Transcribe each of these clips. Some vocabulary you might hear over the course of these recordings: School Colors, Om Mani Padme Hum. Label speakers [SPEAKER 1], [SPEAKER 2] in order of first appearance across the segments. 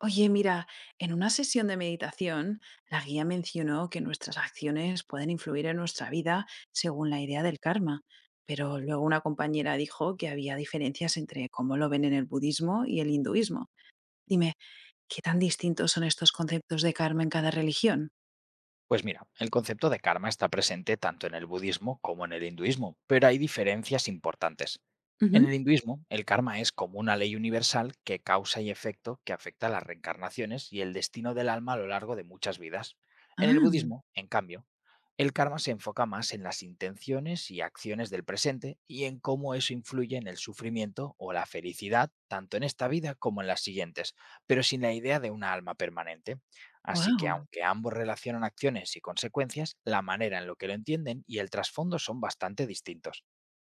[SPEAKER 1] Oye, mira, en una sesión de meditación, la guía mencionó que nuestras acciones pueden influir en nuestra vida según la idea del karma, pero luego una compañera dijo que había diferencias entre cómo lo ven en el budismo y el hinduismo. Dime, ¿qué tan distintos son estos conceptos de karma en cada religión?
[SPEAKER 2] Pues mira, el concepto de karma está presente tanto en el budismo como en el hinduismo, pero hay diferencias importantes. En
[SPEAKER 1] Ujú.
[SPEAKER 2] el hinduismo, el karma es como una ley universal que causa y efecto que afecta a las reencarnaciones y el destino del alma a lo largo de muchas vidas. En el
[SPEAKER 1] Ah,
[SPEAKER 2] budismo, en cambio, el karma se enfoca más en las intenciones y acciones del presente y en cómo eso influye en el sufrimiento o la felicidad, tanto en esta vida como en las siguientes, pero sin la idea de una alma permanente. Así que
[SPEAKER 1] wow.
[SPEAKER 2] aunque ambos relacionan acciones y consecuencias, la manera en la que lo entienden y el trasfondo son bastante distintos.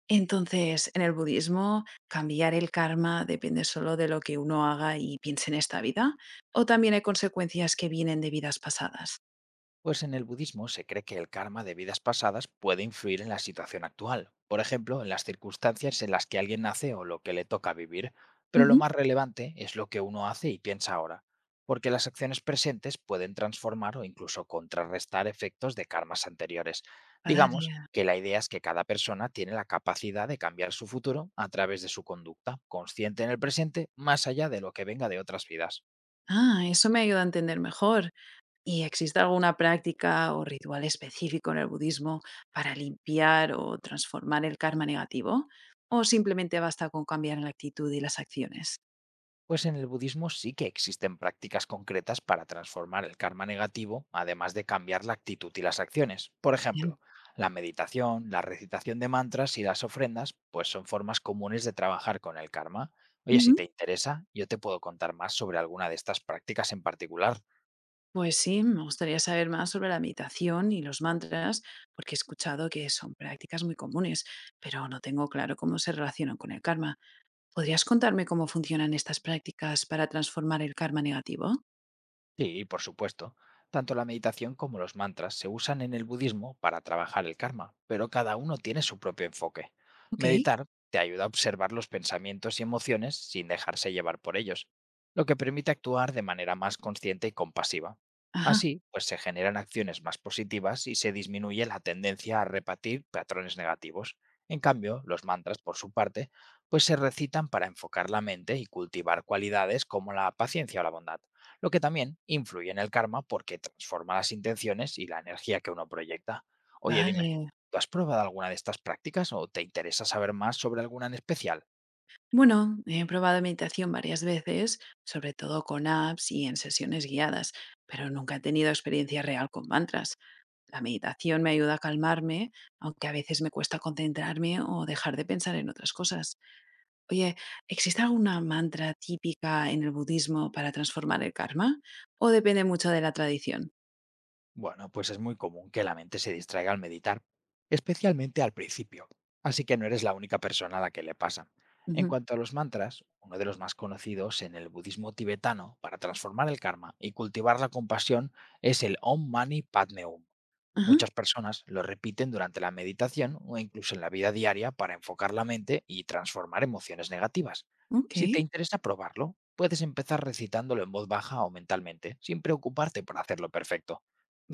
[SPEAKER 1] Entonces, en el budismo, ¿cambiar el karma depende solo de lo que uno haga y piense en esta vida? ¿O también hay consecuencias que vienen de vidas pasadas?
[SPEAKER 2] Pues en el budismo se cree que el karma de vidas pasadas puede influir en la situación actual, por ejemplo, en las circunstancias en las que alguien nace o lo que le toca vivir, pero lo
[SPEAKER 1] Ujú.
[SPEAKER 2] más relevante es lo que uno hace y piensa ahora, porque las acciones presentes pueden transformar o incluso contrarrestar efectos de karmas anteriores. Digamos
[SPEAKER 1] Paladia.
[SPEAKER 2] que la idea es que cada persona tiene la capacidad de cambiar su futuro a través de su conducta, consciente en el presente, más allá de lo que venga de otras vidas.
[SPEAKER 1] Ah, eso me ayuda a entender mejor. ¿Y existe alguna práctica o ritual específico en el budismo para limpiar o transformar el karma negativo? ¿O simplemente basta con cambiar la actitud y las acciones?
[SPEAKER 2] Pues en el budismo sí que existen prácticas concretas para transformar el karma negativo, además de cambiar la actitud y las acciones. Por
[SPEAKER 1] Bien.
[SPEAKER 2] ejemplo, la meditación, la recitación de mantras y las ofrendas, pues son formas comunes de trabajar con el karma. Oye, si
[SPEAKER 1] Ujú.
[SPEAKER 2] te interesa, yo te puedo contar más sobre alguna de estas prácticas en particular.
[SPEAKER 1] Pues sí, me gustaría saber más sobre la meditación y los mantras, porque he escuchado que son prácticas muy comunes, pero no tengo claro cómo se relacionan con el karma. ¿Podrías contarme cómo funcionan estas prácticas para transformar el karma negativo?
[SPEAKER 2] Sí, por supuesto. Tanto la meditación como los mantras se usan en el budismo para trabajar el karma, pero cada uno tiene su propio enfoque.
[SPEAKER 1] Ok.
[SPEAKER 2] Meditar te ayuda a observar los pensamientos y emociones sin dejarse llevar por ellos, lo que permite actuar de manera más consciente y compasiva.
[SPEAKER 1] Ajá.
[SPEAKER 2] Así, pues se generan acciones más positivas y se disminuye la tendencia a repetir patrones negativos. En cambio, los mantras, por su parte, pues se recitan para enfocar la mente y cultivar cualidades como la paciencia o la bondad, lo que también influye en el karma porque transforma las intenciones y la energía que uno proyecta. Oye, dime,
[SPEAKER 1] Vale.
[SPEAKER 2] ¿tú has probado alguna de estas prácticas o te interesa saber más sobre alguna en especial?
[SPEAKER 1] Bueno, he probado meditación varias veces, sobre todo con apps y en sesiones guiadas, pero nunca he tenido experiencia real con mantras. La meditación me ayuda a calmarme, aunque a veces me cuesta concentrarme o dejar de pensar en otras cosas. Oye, ¿existe alguna mantra típica en el budismo para transformar el karma? ¿O depende mucho de la tradición?
[SPEAKER 2] Bueno, pues es muy común que la mente se distraiga al meditar, especialmente al principio, así que no eres la única persona a la que le pasa. En
[SPEAKER 1] Ujú.
[SPEAKER 2] cuanto a los mantras, uno de los más conocidos en el budismo tibetano para transformar el karma y cultivar la compasión es el Om Mani Padme Hum.
[SPEAKER 1] Ajá,
[SPEAKER 2] Muchas personas lo repiten durante la meditación o incluso en la vida diaria para enfocar la mente y transformar emociones negativas.
[SPEAKER 1] ok,
[SPEAKER 2] Si te interesa probarlo, puedes empezar recitándolo en voz baja o mentalmente, sin preocuparte por hacerlo perfecto.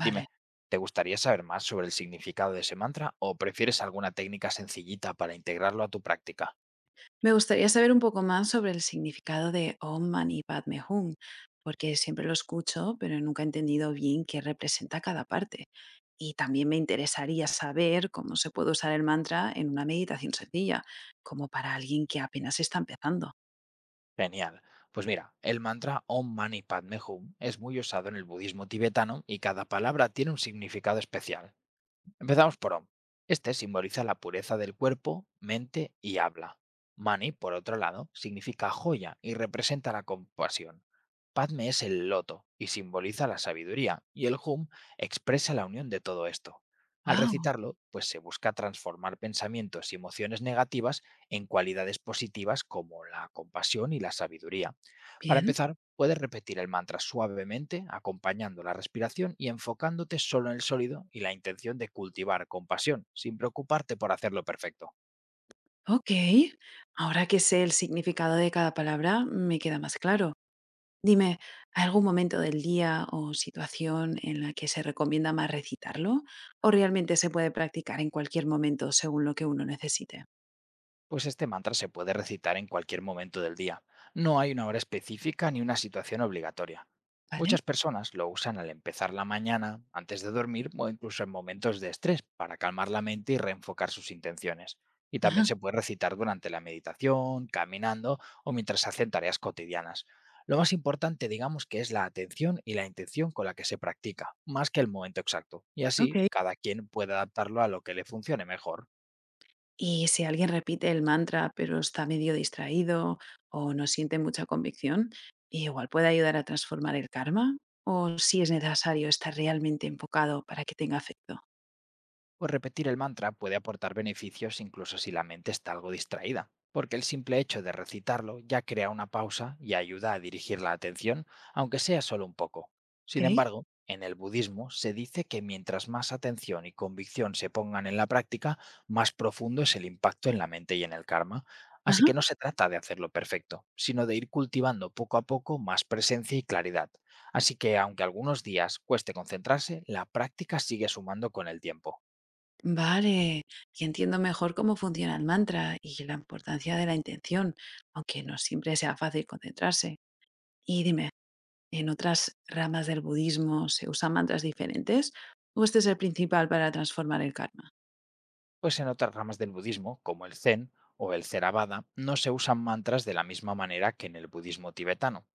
[SPEAKER 2] Dime, ¿te gustaría saber más sobre el significado de ese mantra o prefieres alguna técnica sencillita para integrarlo a tu práctica?
[SPEAKER 1] Me gustaría saber un poco más sobre el significado de Om Mani Padme Hum, porque siempre lo escucho, pero nunca he entendido bien qué representa cada parte. Y también me interesaría saber cómo se puede usar el mantra en una meditación sencilla, como para alguien que apenas está empezando.
[SPEAKER 2] Genial. Pues mira, el mantra Om Mani Padme Hum es muy usado en el budismo tibetano y cada palabra tiene un significado especial. Empezamos por Om. Este simboliza la pureza del cuerpo, mente y habla. Mani, por otro lado, significa joya y representa la compasión. Padme es el loto y simboliza la sabiduría, y el Hum expresa la unión de todo esto. Al
[SPEAKER 1] ¡Wow!
[SPEAKER 2] recitarlo, pues se busca transformar pensamientos y emociones negativas en cualidades positivas como la compasión y la sabiduría. Para
[SPEAKER 1] Bien.
[SPEAKER 2] empezar, puedes repetir el mantra suavemente, acompañando la respiración y enfocándote solo en el sólido y la intención de cultivar compasión, sin preocuparte por hacerlo perfecto.
[SPEAKER 1] Ok. Ahora que sé el significado de cada palabra, me queda más claro. Dime, ¿hay algún momento del día o situación en la que se recomienda más recitarlo? ¿O realmente se puede practicar en cualquier momento según lo que uno necesite?
[SPEAKER 2] Pues este mantra se puede recitar en cualquier momento del día. No hay una hora específica ni una situación obligatoria.
[SPEAKER 1] ¿Vale?
[SPEAKER 2] Muchas personas lo usan al empezar la mañana, antes de dormir o incluso en momentos de estrés para calmar la mente y reenfocar sus intenciones. Y también
[SPEAKER 1] Ajá,
[SPEAKER 2] se puede recitar durante la meditación, caminando o mientras hacen tareas cotidianas. Lo más importante, digamos, que es la atención y la intención con la que se practica, más que el momento exacto. Y
[SPEAKER 1] ok.
[SPEAKER 2] así, cada quien puede adaptarlo a lo que le funcione mejor.
[SPEAKER 1] Y si alguien repite el mantra pero está medio distraído o no siente mucha convicción, igual puede ayudar a transformar el karma o si es necesario estar realmente enfocado para que tenga efecto.
[SPEAKER 2] Pues repetir el mantra puede aportar beneficios incluso si la mente está algo distraída, porque el simple hecho de recitarlo ya crea una pausa y ayuda a dirigir la atención, aunque sea solo un poco.
[SPEAKER 1] ¿Ok?
[SPEAKER 2] Sin embargo, en el budismo se dice que mientras más atención y convicción se pongan en la práctica, más profundo es el impacto en la mente y en el karma. Así
[SPEAKER 1] Ajá.
[SPEAKER 2] que no se trata de hacerlo perfecto, sino de ir cultivando poco a poco más presencia y claridad. Así que aunque algunos días cueste concentrarse, la práctica sigue sumando con el tiempo.
[SPEAKER 1] Vale, y entiendo mejor cómo funciona el mantra y la importancia de la intención, aunque no siempre sea fácil concentrarse. Y dime, ¿en otras ramas del budismo se usan mantras diferentes o este es el principal para transformar el karma?
[SPEAKER 2] Pues en otras ramas del budismo, como el Zen o el Theravada, no se usan mantras de la misma manera que en el budismo tibetano.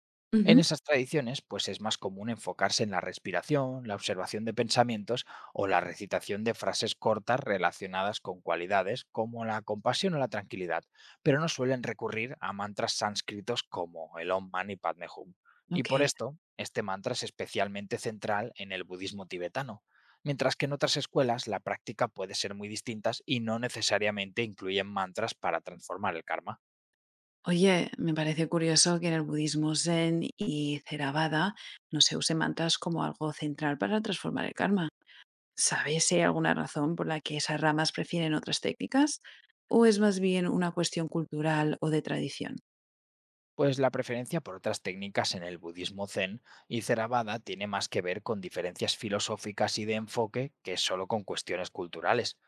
[SPEAKER 2] En
[SPEAKER 1] Ujú,
[SPEAKER 2] esas tradiciones, pues es más común enfocarse en la respiración, la observación de pensamientos o la recitación de frases cortas relacionadas con cualidades como la compasión o la tranquilidad, pero no suelen recurrir a mantras sánscritos como el Om Mani Padme Hum. Y
[SPEAKER 1] ok.
[SPEAKER 2] por esto, este mantra es especialmente central en el budismo tibetano, mientras que en otras escuelas la práctica puede ser muy distintas y no necesariamente incluyen mantras para transformar el karma.
[SPEAKER 1] Oye, me parece curioso que en el budismo Zen y Theravada no se usen mantras como algo central para transformar el karma. ¿Sabes si hay alguna razón por la que esas ramas prefieren otras técnicas? ¿O es más bien una cuestión cultural o de tradición?
[SPEAKER 2] Pues la preferencia por otras técnicas en el budismo zen y Theravada tiene más que ver con diferencias filosóficas y de enfoque que solo con cuestiones culturales.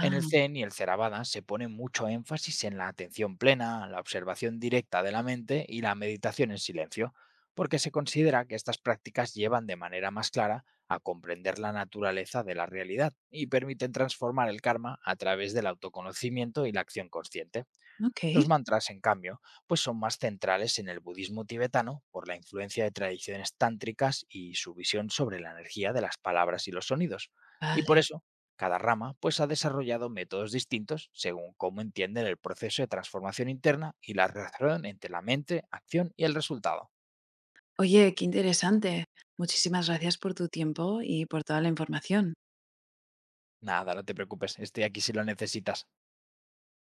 [SPEAKER 2] En el zen y el Theravada se pone mucho énfasis en la atención plena, la observación directa de la mente y la meditación en silencio, porque se considera que estas prácticas llevan de manera más clara a comprender la naturaleza de la realidad y permiten transformar el karma a través del autoconocimiento y la acción consciente. Los
[SPEAKER 1] ok,
[SPEAKER 2] mantras, en cambio, pues son más centrales en el budismo tibetano por la influencia de tradiciones tántricas y su visión sobre la energía de las palabras y los sonidos. Y por
[SPEAKER 1] vale.
[SPEAKER 2] eso, cada rama pues ha desarrollado métodos distintos según cómo entienden el proceso de transformación interna y la relación entre la mente, acción y el resultado.
[SPEAKER 1] Oye, qué interesante. Muchísimas gracias por tu tiempo y por toda la información.
[SPEAKER 2] Nada, no te preocupes, estoy aquí si lo necesitas.